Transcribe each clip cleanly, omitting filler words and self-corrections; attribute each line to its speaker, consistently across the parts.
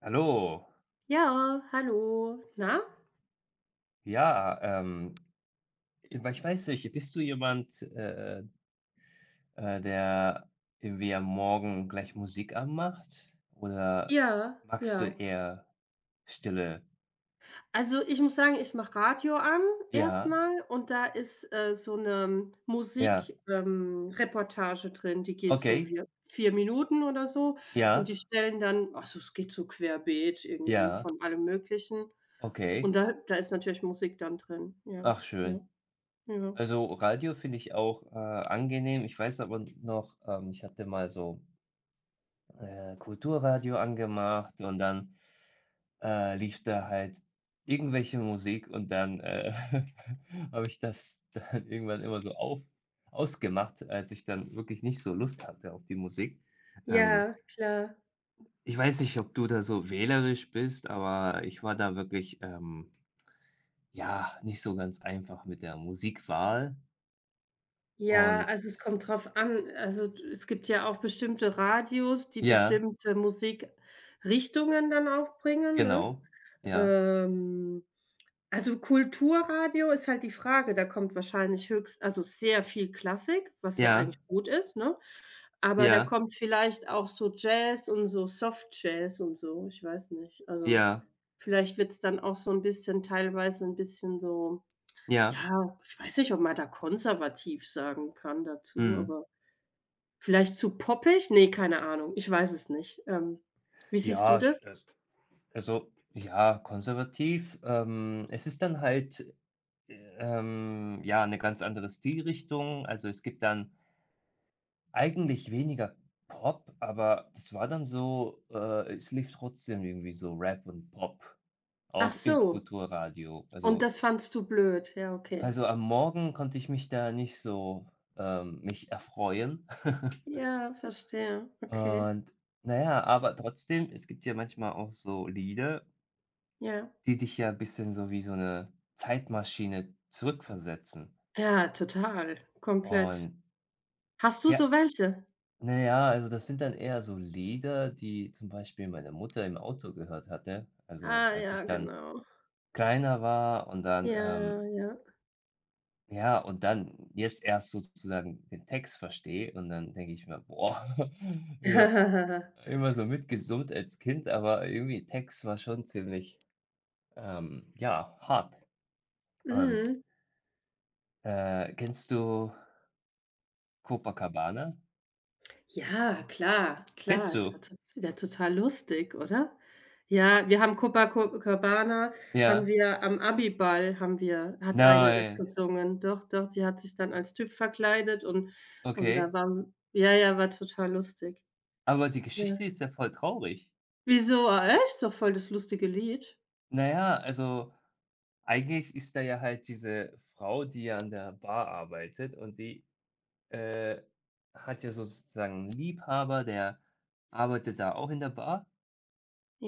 Speaker 1: Hallo.
Speaker 2: Ja, hallo. Na?
Speaker 1: Ja, weil ich weiß nicht, bist du jemand, der irgendwie am Morgen gleich Musik anmacht? Oder
Speaker 2: Ja,
Speaker 1: magst du
Speaker 2: ja.
Speaker 1: eher Stille?
Speaker 2: Also, ich muss sagen, ich mache Radio an
Speaker 1: Ja,
Speaker 2: erstmal, und da ist, so eine
Speaker 1: ja,
Speaker 2: Musik, Reportage drin, die geht so
Speaker 1: okay,
Speaker 2: wie 4 Minuten oder so, und die
Speaker 1: ja,
Speaker 2: stellen dann, also, es geht so querbeet irgendwie
Speaker 1: ja,
Speaker 2: von allem Möglichen,
Speaker 1: okay.
Speaker 2: und da ist natürlich Musik dann drin. Ja,
Speaker 1: Ach,
Speaker 2: ja,
Speaker 1: schön.
Speaker 2: ja.
Speaker 1: Also Radio finde ich auch angenehm. Ich weiß aber noch, ich hatte mal so Kulturradio angemacht und dann lief da halt irgendwelche Musik und dann, habe ich das dann irgendwann immer so auf ausgemacht, als ich dann wirklich nicht so Lust hatte auf die Musik. Ähm,
Speaker 2: Ja, klar.
Speaker 1: Ich weiß nicht, ob du da so wählerisch bist, aber ich war da wirklich, ja, nicht so ganz einfach mit der Musikwahl
Speaker 2: Ja,
Speaker 1: und
Speaker 2: also es kommt drauf an. Also, d es gibt ja auch bestimmte Radios, die
Speaker 1: ja,
Speaker 2: bestimmte Musikrichtungen dann auch bringen, ne?
Speaker 1: genau, ja,
Speaker 2: Ähm, also Kulturradio ist halt die Frage, da kommt wahrscheinlich höchst also sehr viel Klassik, was ja
Speaker 1: ja,
Speaker 2: eigentlich gut ist, ne? Aber da
Speaker 1: ja,
Speaker 2: kommt vielleicht auch so Jazz und so Soft Jazz und so, ich weiß nicht. Also,
Speaker 1: ja,
Speaker 2: vielleicht wird's dann auch so ein bisschen, teilweise ein bisschen so,
Speaker 1: ja,
Speaker 2: ja, ich weiß nicht, ob man da konservativ sagen kann dazu,
Speaker 1: mhm.
Speaker 2: aber vielleicht zu poppig? Ne, keine Ahnung. Ich weiß es nicht. Wie siehst du
Speaker 1: Ja, sch
Speaker 2: das?
Speaker 1: Also, ja, konservativ. Es ist dann halt, ja, eine ganz andere Stilrichtung. Also, es gibt dann eigentlich weniger Pop, aber das war dann so es lief trotzdem irgendwie so Rap und Pop,
Speaker 2: Ach
Speaker 1: auch im
Speaker 2: so,
Speaker 1: Kulturradio.
Speaker 2: und
Speaker 1: Also
Speaker 2: das fandst du blöd. Ja, okay.
Speaker 1: also, am Morgen konnte ich mich da nicht so, mich erfreuen.
Speaker 2: Ja, verstehe. Okay.
Speaker 1: Und, na ja, aber trotzdem, es gibt ja manchmal auch so Lieder,
Speaker 2: Ja.
Speaker 1: die dich ja ein bisschen so wie so eine Zeitmaschine zurückversetzen.
Speaker 2: Ja, total, komplett.
Speaker 1: Und
Speaker 2: Hast du so
Speaker 1: ja,
Speaker 2: welche?
Speaker 1: na ja, also, das sind dann eher so Lieder, die zum Beispiel meine Mutter im Auto gehört hatte. Also,
Speaker 2: Ah,
Speaker 1: als
Speaker 2: ja,
Speaker 1: ich dann
Speaker 2: genau.
Speaker 1: kleiner war und dann,
Speaker 2: Ja, ja.
Speaker 1: ja, und dann jetzt erst sozusagen den Text verstehe und dann denke ich mir: „Boah“, ja, immer so mitgesummt als Kind, aber irgendwie Text war schon ziemlich, ja, hart. Und,
Speaker 2: Mhm.
Speaker 1: kennst du Copacabana?
Speaker 2: Ja, klar,
Speaker 1: Kennst
Speaker 2: klar. Es wär
Speaker 1: du?
Speaker 2: to wär total lustig, oder? Ja, wir haben Copacabana, haben
Speaker 1: Ja.
Speaker 2: wir am Abiball, haben wir hat eine das
Speaker 1: Nein,
Speaker 2: gesungen. Doch, doch, die hat sich dann als Typ verkleidet, und da
Speaker 1: okay.
Speaker 2: war, ja, ja, war total lustig.
Speaker 1: Aber die
Speaker 2: Ja.
Speaker 1: Geschichte ist ja voll traurig.
Speaker 2: Wieso? Ah, echt? Ist doch voll das lustige Lied.
Speaker 1: Na ja, also eigentlich ist da ja halt diese Frau, die ja an der Bar arbeitet und die, äh, hat ja so sozusagen einen Liebhaber, der arbeitet da auch in der Bar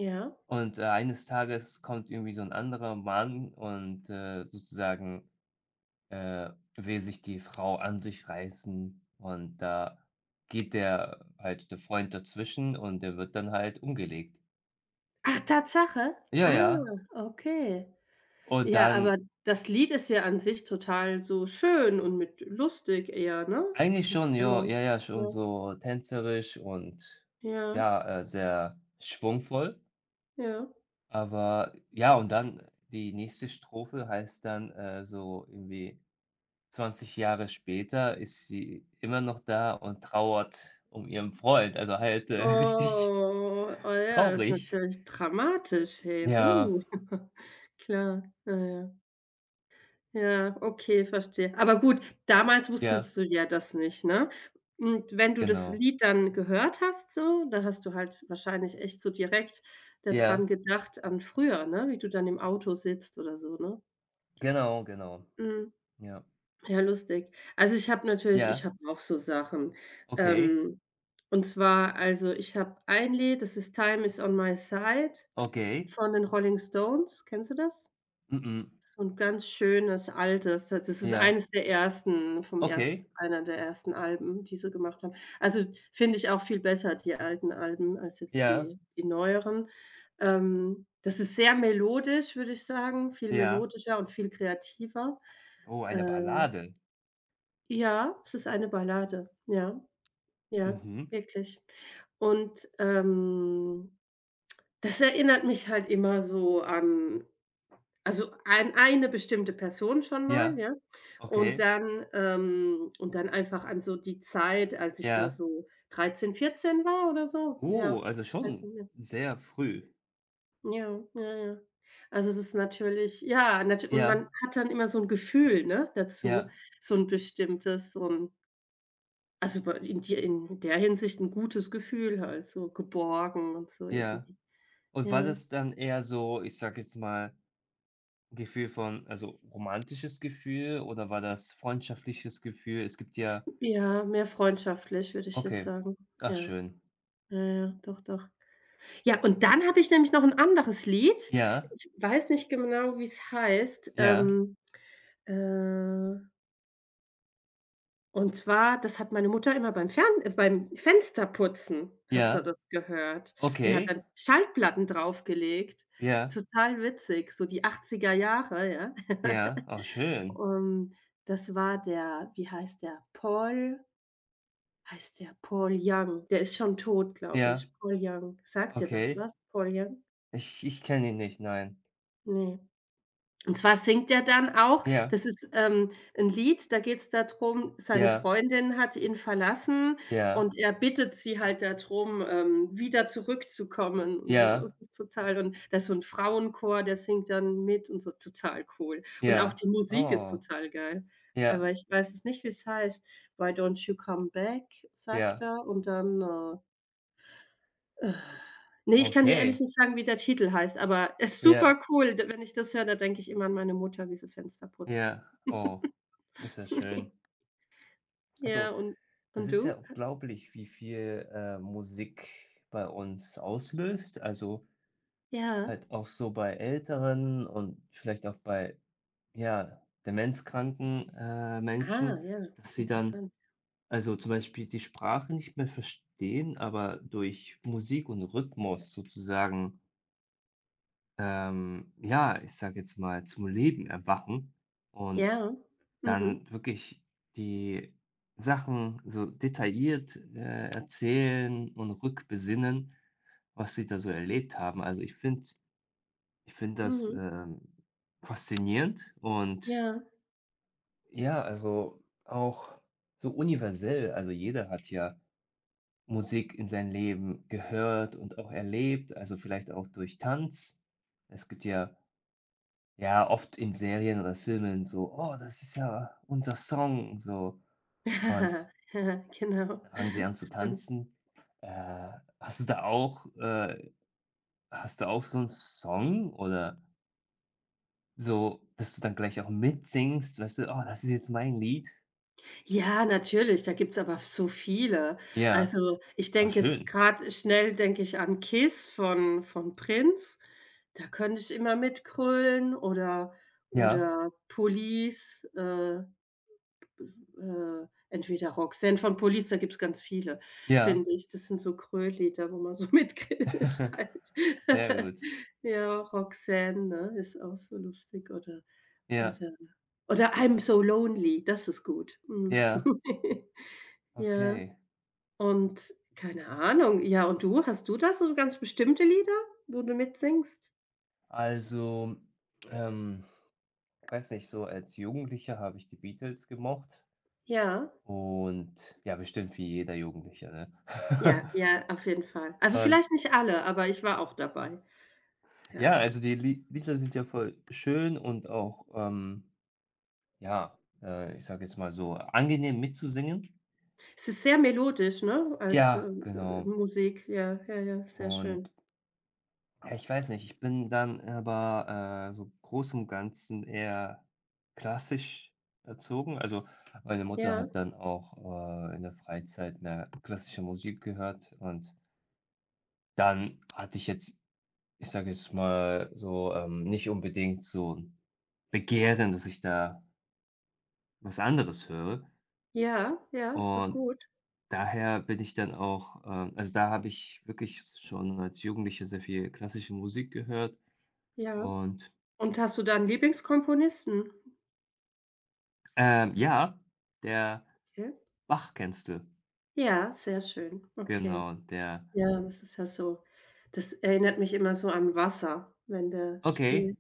Speaker 2: Ja.
Speaker 1: und, eines Tages kommt irgendwie so ein anderer Mann und, sozusagen will sich die Frau an sich reißen und da geht der halt der Freund dazwischen und der wird dann halt umgelegt.
Speaker 2: Ach, Tatsache?
Speaker 1: Ja,
Speaker 2: Ah,
Speaker 1: ja.
Speaker 2: okay.
Speaker 1: Und
Speaker 2: Ja, aber
Speaker 1: dann
Speaker 2: das Lied ist ja an sich total so schön und mit lustig eher, ne?
Speaker 1: eigentlich
Speaker 2: Die
Speaker 1: schon, ja,
Speaker 2: Stimmung.
Speaker 1: ja, ja, schon
Speaker 2: Ja.
Speaker 1: so tänzerisch und
Speaker 2: Ja,
Speaker 1: ja, sehr schwungvoll.
Speaker 2: ja.
Speaker 1: Aber ja, und dann die nächste Strophe heißt dann, so irgendwie 20 Jahre später ist sie immer noch da und trauert um ihren Freund, also halt,
Speaker 2: Oh,
Speaker 1: richtig
Speaker 2: oh ja, das ist
Speaker 1: traurig.
Speaker 2: natürlich dramatisch, hey.
Speaker 1: Ja,
Speaker 2: Hu. Klar, ja, ja. Ja, okay, verstehe. Aber gut, damals
Speaker 1: ja,
Speaker 2: wusstest du ja das nicht, ne? Und wenn du das
Speaker 1: genau.
Speaker 2: Lied dann gehört hast so, da hast du halt wahrscheinlich echt so direkt daran
Speaker 1: Ja,
Speaker 2: gedacht, an früher, ne, wie du dann im Auto sitzt oder so, ne?
Speaker 1: genau, genau.
Speaker 2: Mhm.
Speaker 1: Ja.
Speaker 2: Ja, lustig. Also, ich habe natürlich ich
Speaker 1: Ja,
Speaker 2: habe auch so Sachen.
Speaker 1: okay,
Speaker 2: Ähm, und zwar, also, ich habe ein Lied, das ist „Time Is on My Side"
Speaker 1: okay.
Speaker 2: von den Rolling Stones. Kennst du das?
Speaker 1: Mhm.
Speaker 2: So ein ganz schönes altes. Das ist
Speaker 1: Ja,
Speaker 2: eines der ersten vom ersten
Speaker 1: okay.
Speaker 2: einer der ersten Alben, die sie gemacht haben. Also, finde ich auch viel besser, die alten Alben, als jetzt
Speaker 1: Ja,
Speaker 2: die neueren. Das ist sehr melodisch, würde ich sagen, viel
Speaker 1: ja.
Speaker 2: melodischer und viel kreativer.
Speaker 1: Oh, eine
Speaker 2: Äh
Speaker 1: Ballade.
Speaker 2: ja, es ist eine Ballade. Ja, ja,
Speaker 1: Mhm.
Speaker 2: wirklich. Und, das erinnert mich halt immer so an, also, an eine bestimmte Person schon mal,
Speaker 1: Ja,
Speaker 2: ja? Und
Speaker 1: okay.
Speaker 2: dann, einfach an so die Zeit, als ich da
Speaker 1: Ja.
Speaker 2: so 13, 14 war oder so.
Speaker 1: Oh,
Speaker 2: Ja,
Speaker 1: also schon
Speaker 2: 13, ja.
Speaker 1: sehr früh.
Speaker 2: Ja, ja, ja. Also, es ist natürlich, ja, natü und man
Speaker 1: Ja,
Speaker 2: hat dann immer so 'n Gefühl, ne, dazu,
Speaker 1: ja,
Speaker 2: so 'n bestimmtes, so 'n, also, bei in die in der Hinsicht ein gutes Gefühl halt, so geborgen und so
Speaker 1: ja.
Speaker 2: irgendwie.
Speaker 1: Und war
Speaker 2: Ja.
Speaker 1: das dann eher so, ich sage jetzt mal, Gefühl von also, romantisches Gefühl oder war das freundschaftliches Gefühl? Es gibt ja
Speaker 2: Ja, mehr freundschaftlich, würde ich jetzt
Speaker 1: okay.
Speaker 2: sagen.
Speaker 1: Ach
Speaker 2: Ja.
Speaker 1: schön.
Speaker 2: Ja, ja, doch, doch. Ja, und dann habe ich nämlich noch ein anderes Lied.
Speaker 1: Ja.
Speaker 2: Ich weiß nicht genau, wie es heißt.
Speaker 1: Ja,
Speaker 2: Äh, und zwar, das hat meine Mutter immer beim Fensterputzen hat sie
Speaker 1: ja,
Speaker 2: das gehört. Die hat
Speaker 1: okay.
Speaker 2: dann Schallplatten draufgelegt.
Speaker 1: Ja,
Speaker 2: Total witzig, so die achtziger Jahre, ja.
Speaker 1: ja, oh schön.
Speaker 2: Ähm, das war der, wie heißt der? Paul, heißt der Paul Young? Der ist schon tot, glaube
Speaker 1: Ja,
Speaker 2: ich. Paul Young. Sagt dir das
Speaker 1: okay.
Speaker 2: was? Paul Young?
Speaker 1: Ich ich kenne ihn nicht, nein.
Speaker 2: Ne. Und zwar singt er dann auch,
Speaker 1: Ja,
Speaker 2: das ist, 'n Lied, da geht es darum, seine
Speaker 1: ja,
Speaker 2: Freundin hat ihn verlassen
Speaker 1: ja,
Speaker 2: und er bittet sie halt darum, wieder zurückzukommen und so. Es
Speaker 1: ja,
Speaker 2: ist total, und da ist so ein Frauenchor, der singt dann mit und so, total cool. Und auch
Speaker 1: ja.
Speaker 2: die Musik ist
Speaker 1: Oh,
Speaker 2: total geil.
Speaker 1: ja,
Speaker 2: Aber ich weiß jetzt nicht, wie es heißt. „Why don't you come back", sagt
Speaker 1: ja,
Speaker 2: er und dann, äh, ne, ich kann dir
Speaker 1: okay.
Speaker 2: ehrlich nicht sagen, wie der Titel heißt, aber ist
Speaker 1: Ja,
Speaker 2: super cool. D Wenn ich das höre, da denke ich immer an meine Mutter, wie sie Fenster putzt.
Speaker 1: ja, oh, ist das
Speaker 2: Ne.
Speaker 1: schön.
Speaker 2: Ja,
Speaker 1: Also,
Speaker 2: und
Speaker 1: das ist ja
Speaker 2: du?
Speaker 1: unglaublich, wie viel, Musik bei uns auslöst. Also,
Speaker 2: Ja.
Speaker 1: halt auch so bei Älteren und vielleicht auch bei ja, demenzkranken,
Speaker 2: Ah,
Speaker 1: Menschen,
Speaker 2: ja,
Speaker 1: dass sie dann
Speaker 2: interessant.
Speaker 1: also, zum Beispiel die Sprache nicht mehr verstehen, aber durch Musik und Rhythmus sozusagen, ja, ich sage jetzt mal, zum Leben erwachen und
Speaker 2: Ja. Mhm,
Speaker 1: dann wirklich die Sachen so detailliert, erzählen und rückbesinnen, was sie da so erlebt haben. Also, ich finde das,
Speaker 2: mhm,
Speaker 1: faszinierend und
Speaker 2: ja.
Speaker 1: ja, also auch so universell. Also jeder hat ja Musik in sein Leben gehört und auch erlebt, also vielleicht auch durch Tanz. Es gibt ja, ja, oft in Serien oder Filmen so, oh, das ist ja unser Song, so. Und dann
Speaker 2: Genau.
Speaker 1: fangen sie an zu
Speaker 2: Stimmt.
Speaker 1: tanzen. Äh, hast du da auch, hast du auch so 'n Song oder so, dass du dann gleich auch mitsingst, weißt du: „Oh, das ist jetzt mein Lied.“
Speaker 2: Ja, natürlich, da gibt's aber so viele.
Speaker 1: Ja,
Speaker 2: Also, ich
Speaker 1: oh
Speaker 2: denke jetzt
Speaker 1: schön.
Speaker 2: gerade schnell, denke ich an „Kiss" von Prince. Da könnte ich immer mitgrölen, oder
Speaker 1: Ja,
Speaker 2: oder „Police", entweder „Roxanne" von Police, da gibt's ganz viele,
Speaker 1: ja.
Speaker 2: finde ich. Das sind so Kröll-Lieder, wo man so mitschreit.
Speaker 1: Sehr gut.
Speaker 2: Ja, „Roxanne", ne, ist auch so lustig, oder,
Speaker 1: Ja,
Speaker 2: oder oder „I'm so lonely", das ist gut. Mhm.
Speaker 1: ja,
Speaker 2: Ja,
Speaker 1: okay.
Speaker 2: und keine Ahnung. Ja, und du, hast du da so ganz bestimmte Lieder, wo du mitsingst?
Speaker 1: Also, ähm, ich weiß nicht, so als Jugendlicher habe ich die Beatles gemocht
Speaker 2: Ja,
Speaker 1: und ja, bestimmt wie jeder Jugendliche, ne?
Speaker 2: ja, ja, auf jeden Fall. Also,
Speaker 1: Und
Speaker 2: vielleicht nicht alle, aber ich war auch dabei. Ja.
Speaker 1: ja, also die Lieder sind ja voll schön und auch, ja, ich sage jetzt mal so, angenehm mitzusingen.
Speaker 2: Es ist sehr melodisch, ne, als,
Speaker 1: Ja, genau.
Speaker 2: Musik. Ja, ja, ja, sehr
Speaker 1: Und
Speaker 2: schön.
Speaker 1: ja, ich weiß nicht. Ich bin dann aber, so groß im Ganzen eher klassisch erzogen. Also, meine Mutter
Speaker 2: Ja,
Speaker 1: hat dann auch, in der Freizeit mehr klassische Musik gehört und dann hatte ich jetzt, ich sage jetzt mal so, nicht unbedingt so 'n Begehren, dass ich da was anderes höre
Speaker 2: ja, ja, ist doch
Speaker 1: und
Speaker 2: gut.
Speaker 1: daher bin ich dann auch, also, da habe ich wirklich schon als Jugendlicher sehr viel klassische Musik gehört
Speaker 2: Ja.
Speaker 1: und
Speaker 2: Und hast du da 'n Lieblingskomponisten?
Speaker 1: Ja, der
Speaker 2: Okay.
Speaker 1: Bach kennst du.
Speaker 2: Ja, sehr schön. Okay.
Speaker 1: Genau, der
Speaker 2: Ja, das ist ja so, das erinnert mich immer so an Wasser, wenn der
Speaker 1: okay,
Speaker 2: spielt.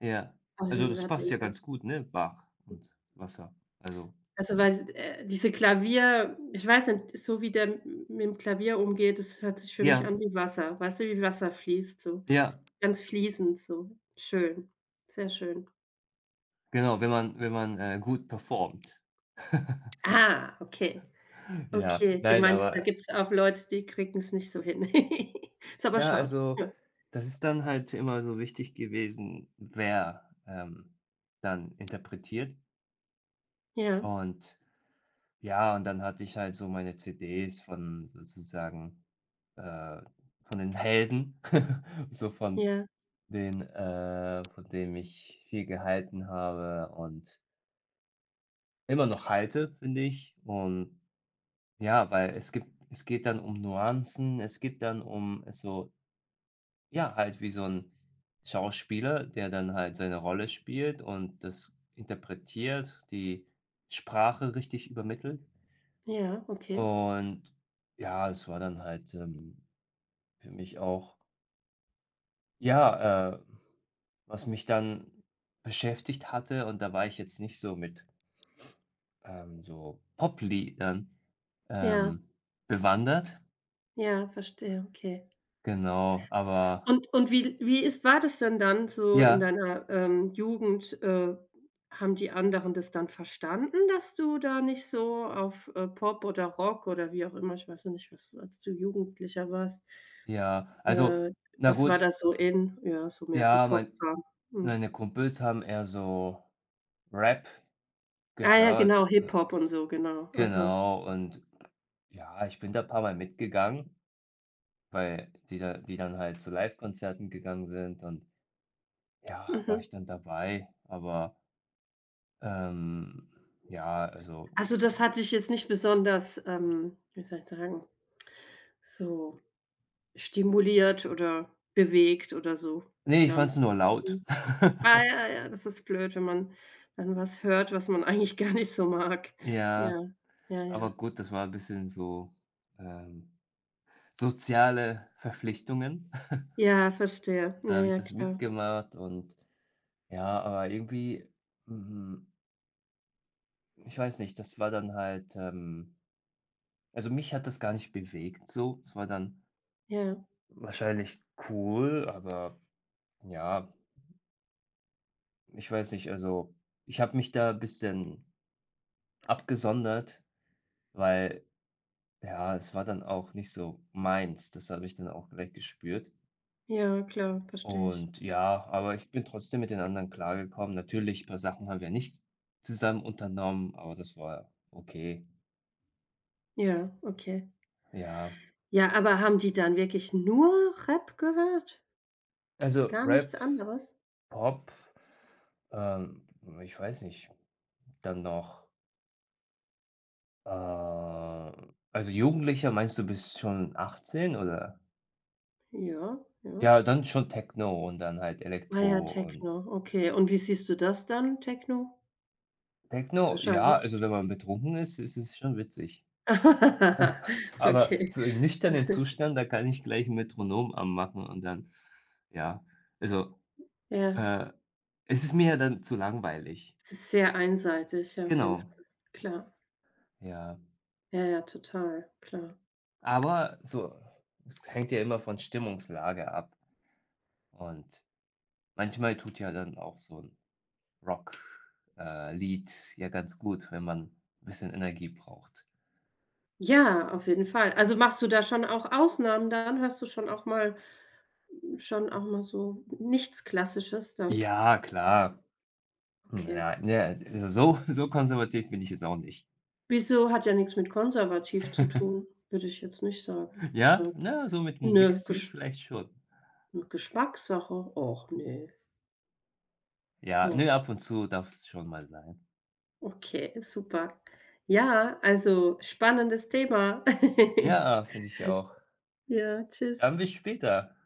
Speaker 1: ja.
Speaker 2: Ach,
Speaker 1: Also,
Speaker 2: schon, da
Speaker 1: das
Speaker 2: hat er
Speaker 1: passt ja
Speaker 2: ja-
Speaker 1: ganz gut, ne? Bach und Wasser. Also
Speaker 2: Also, weil, diese Klavier, ich weiß nicht, so wie der m mit dem Klavier umgeht, das hört sich für mich
Speaker 1: ja,
Speaker 2: an wie Wasser. Weißt du, wie Wasser fließt so,
Speaker 1: ja,
Speaker 2: ganz fließend so. Schön, sehr schön.
Speaker 1: genau, wenn man, gut performt.
Speaker 2: Ah, okay.
Speaker 1: Ja,
Speaker 2: Okay, du
Speaker 1: nein,
Speaker 2: meinst, da
Speaker 1: aber
Speaker 2: gibt's auch Leute, die kriegen's nicht so hin. Ist aber
Speaker 1: ja,
Speaker 2: schade.
Speaker 1: also,
Speaker 2: Ja,
Speaker 1: das ist dann halt immer so wichtig gewesen, wer, dann interpretiert.
Speaker 2: ja,
Speaker 1: Und ja, und dann hatte ich halt so meine CDs von sozusagen, äh von den Helden, so von
Speaker 2: ja,
Speaker 1: den, von dem ich viel gehalten habe und immer noch halte, finde ich. Und ja, weil es geht dann um Nuancen, es geht dann um so ja, halt wie so ein Schauspieler, der dann halt seine Rolle spielt und das interpretiert, die Sprache richtig übermittelt.
Speaker 2: ja, okay.
Speaker 1: Und ja, es war dann halt, für mich auch ja, was mich dann beschäftigt hatte und da war ich jetzt nicht so mit so Popliedern,
Speaker 2: Ja,
Speaker 1: ähm, bewandert.
Speaker 2: ja, verstehe, okay.
Speaker 1: Genau, aber
Speaker 2: Und wie ist war das denn dann so in
Speaker 1: ja,
Speaker 2: deiner, Jugend? Haben die anderen das dann verstanden, dass du da nicht so auf, Pop oder Rock oder wie auch immer, ich weiß ja nicht, was, als du Jugendlicher warst,
Speaker 1: ja. Also,
Speaker 2: äh,
Speaker 1: na
Speaker 2: was war
Speaker 1: gut,
Speaker 2: da so in? Ja, so mehr so
Speaker 1: ja,
Speaker 2: Pop. Mhm.
Speaker 1: meine Kumpels haben eher so Rap
Speaker 2: Ah, ja,
Speaker 1: gehört
Speaker 2: genau,
Speaker 1: oder
Speaker 2: Hip-Hop und so, genau. Aha.
Speaker 1: genau und ja, ich bin da ein paar mal mitgegangen, weil die dann halt zu Live Konzerten gegangen sind und ja, war
Speaker 2: Mhm.
Speaker 1: ich dann dabei, aber, ähm, ja, also
Speaker 2: Also, das hat dich jetzt nicht besonders, wie soll ich sagen, so stimuliert oder bewegt oder so
Speaker 1: nee ich
Speaker 2: dann?
Speaker 1: fand's nur laut.
Speaker 2: Mhm. Ah, ja, ja, das ist blöd, wenn man dann was hört, was man eigentlich gar nicht so mag.
Speaker 1: Ja.
Speaker 2: Ja, ja, ja.
Speaker 1: Aber gut, das war ein bisschen so, ähm, soziale Verpflichtungen.
Speaker 2: Ja, verstehe.
Speaker 1: Und dann
Speaker 2: Ja,
Speaker 1: habe ich
Speaker 2: ja,
Speaker 1: das
Speaker 2: klar.
Speaker 1: mitgemacht und ja, aber irgendwie, mhm, ich weiß nicht, das war dann halt, also, mich hat das gar nicht bewegt so. Es war dann
Speaker 2: Ja,
Speaker 1: wahrscheinlich cool, aber ja, ich weiß nicht, also, ich habe mich da ein bisschen abgesondert, weil ja, es war dann auch nicht so meins. Das habe ich dann auch gleich gespürt.
Speaker 2: ja, klar, verstehe ich.
Speaker 1: Und ja, aber ich bin trotzdem mit den anderen klargekommen. Natürlich, ein paar Sachen haben wir nicht zusammen unternommen, aber das war okay.
Speaker 2: Ja, okay.
Speaker 1: Ja,
Speaker 2: Ja, aber haben die dann wirklich nur Rap gehört?
Speaker 1: also
Speaker 2: Gar nichts
Speaker 1: Rap,
Speaker 2: anderes?
Speaker 1: Pop, ähm, ich weiß nicht, dann noch, äh also Jugendlicher, meinst du bis schon 18 oder?
Speaker 2: Ja, ja.
Speaker 1: Ja, dann schon Techno und dann halt
Speaker 2: Ah, ja,
Speaker 1: Elektro und
Speaker 2: Techno, okay. Und wie siehst du das dann, Techno? Ist
Speaker 1: Techno, ja,
Speaker 2: wahrscheinlich
Speaker 1: also wenn man betrunken ist, ist es schon witzig. Aber
Speaker 2: okay.
Speaker 1: so im nüchternen Zustand, da kann ich gleich 'n Metronom anmachen und dann ja, also,
Speaker 2: Ja,
Speaker 1: äh, es ist mir ja dann zu langweilig.
Speaker 2: es ist sehr einseitig, ja, auf jeden
Speaker 1: Genau,
Speaker 2: Fall. Klar.
Speaker 1: ja.
Speaker 2: Ja, ja, total, klar.
Speaker 1: Aber so es hängt ja immer von Stimmungslage ab und manchmal tut ja dann auch so 'n Rock Lied ja ganz gut, wenn man bisschen Energie braucht.
Speaker 2: Ja, auf jeden Fall. Also, machst du da schon auch Ausnahmen dann? Hörst du schon auch mal so nichts Klassisches dann?
Speaker 1: Ja, klar.
Speaker 2: Okay.
Speaker 1: Ja, ne, also so konservativ bin ich jetzt auch nicht.
Speaker 2: Wieso? Hat ja nichts mit konservativ zu tun, würde ich jetzt nicht sagen. Ist
Speaker 1: Ja,
Speaker 2: ja
Speaker 1: na, so mit
Speaker 2: 'ne
Speaker 1: Musikstil
Speaker 2: Gesch
Speaker 1: vielleicht schon.
Speaker 2: 'ne Geschmackssache. Och, ne.
Speaker 1: Ja, ne,
Speaker 2: Ja.
Speaker 1: ab und zu darf es schon mal sein.
Speaker 2: Okay, super. Ja, also spannendes Thema.
Speaker 1: Ja, finde ich auch.
Speaker 2: Ja, tschüss.
Speaker 1: Dann bis später.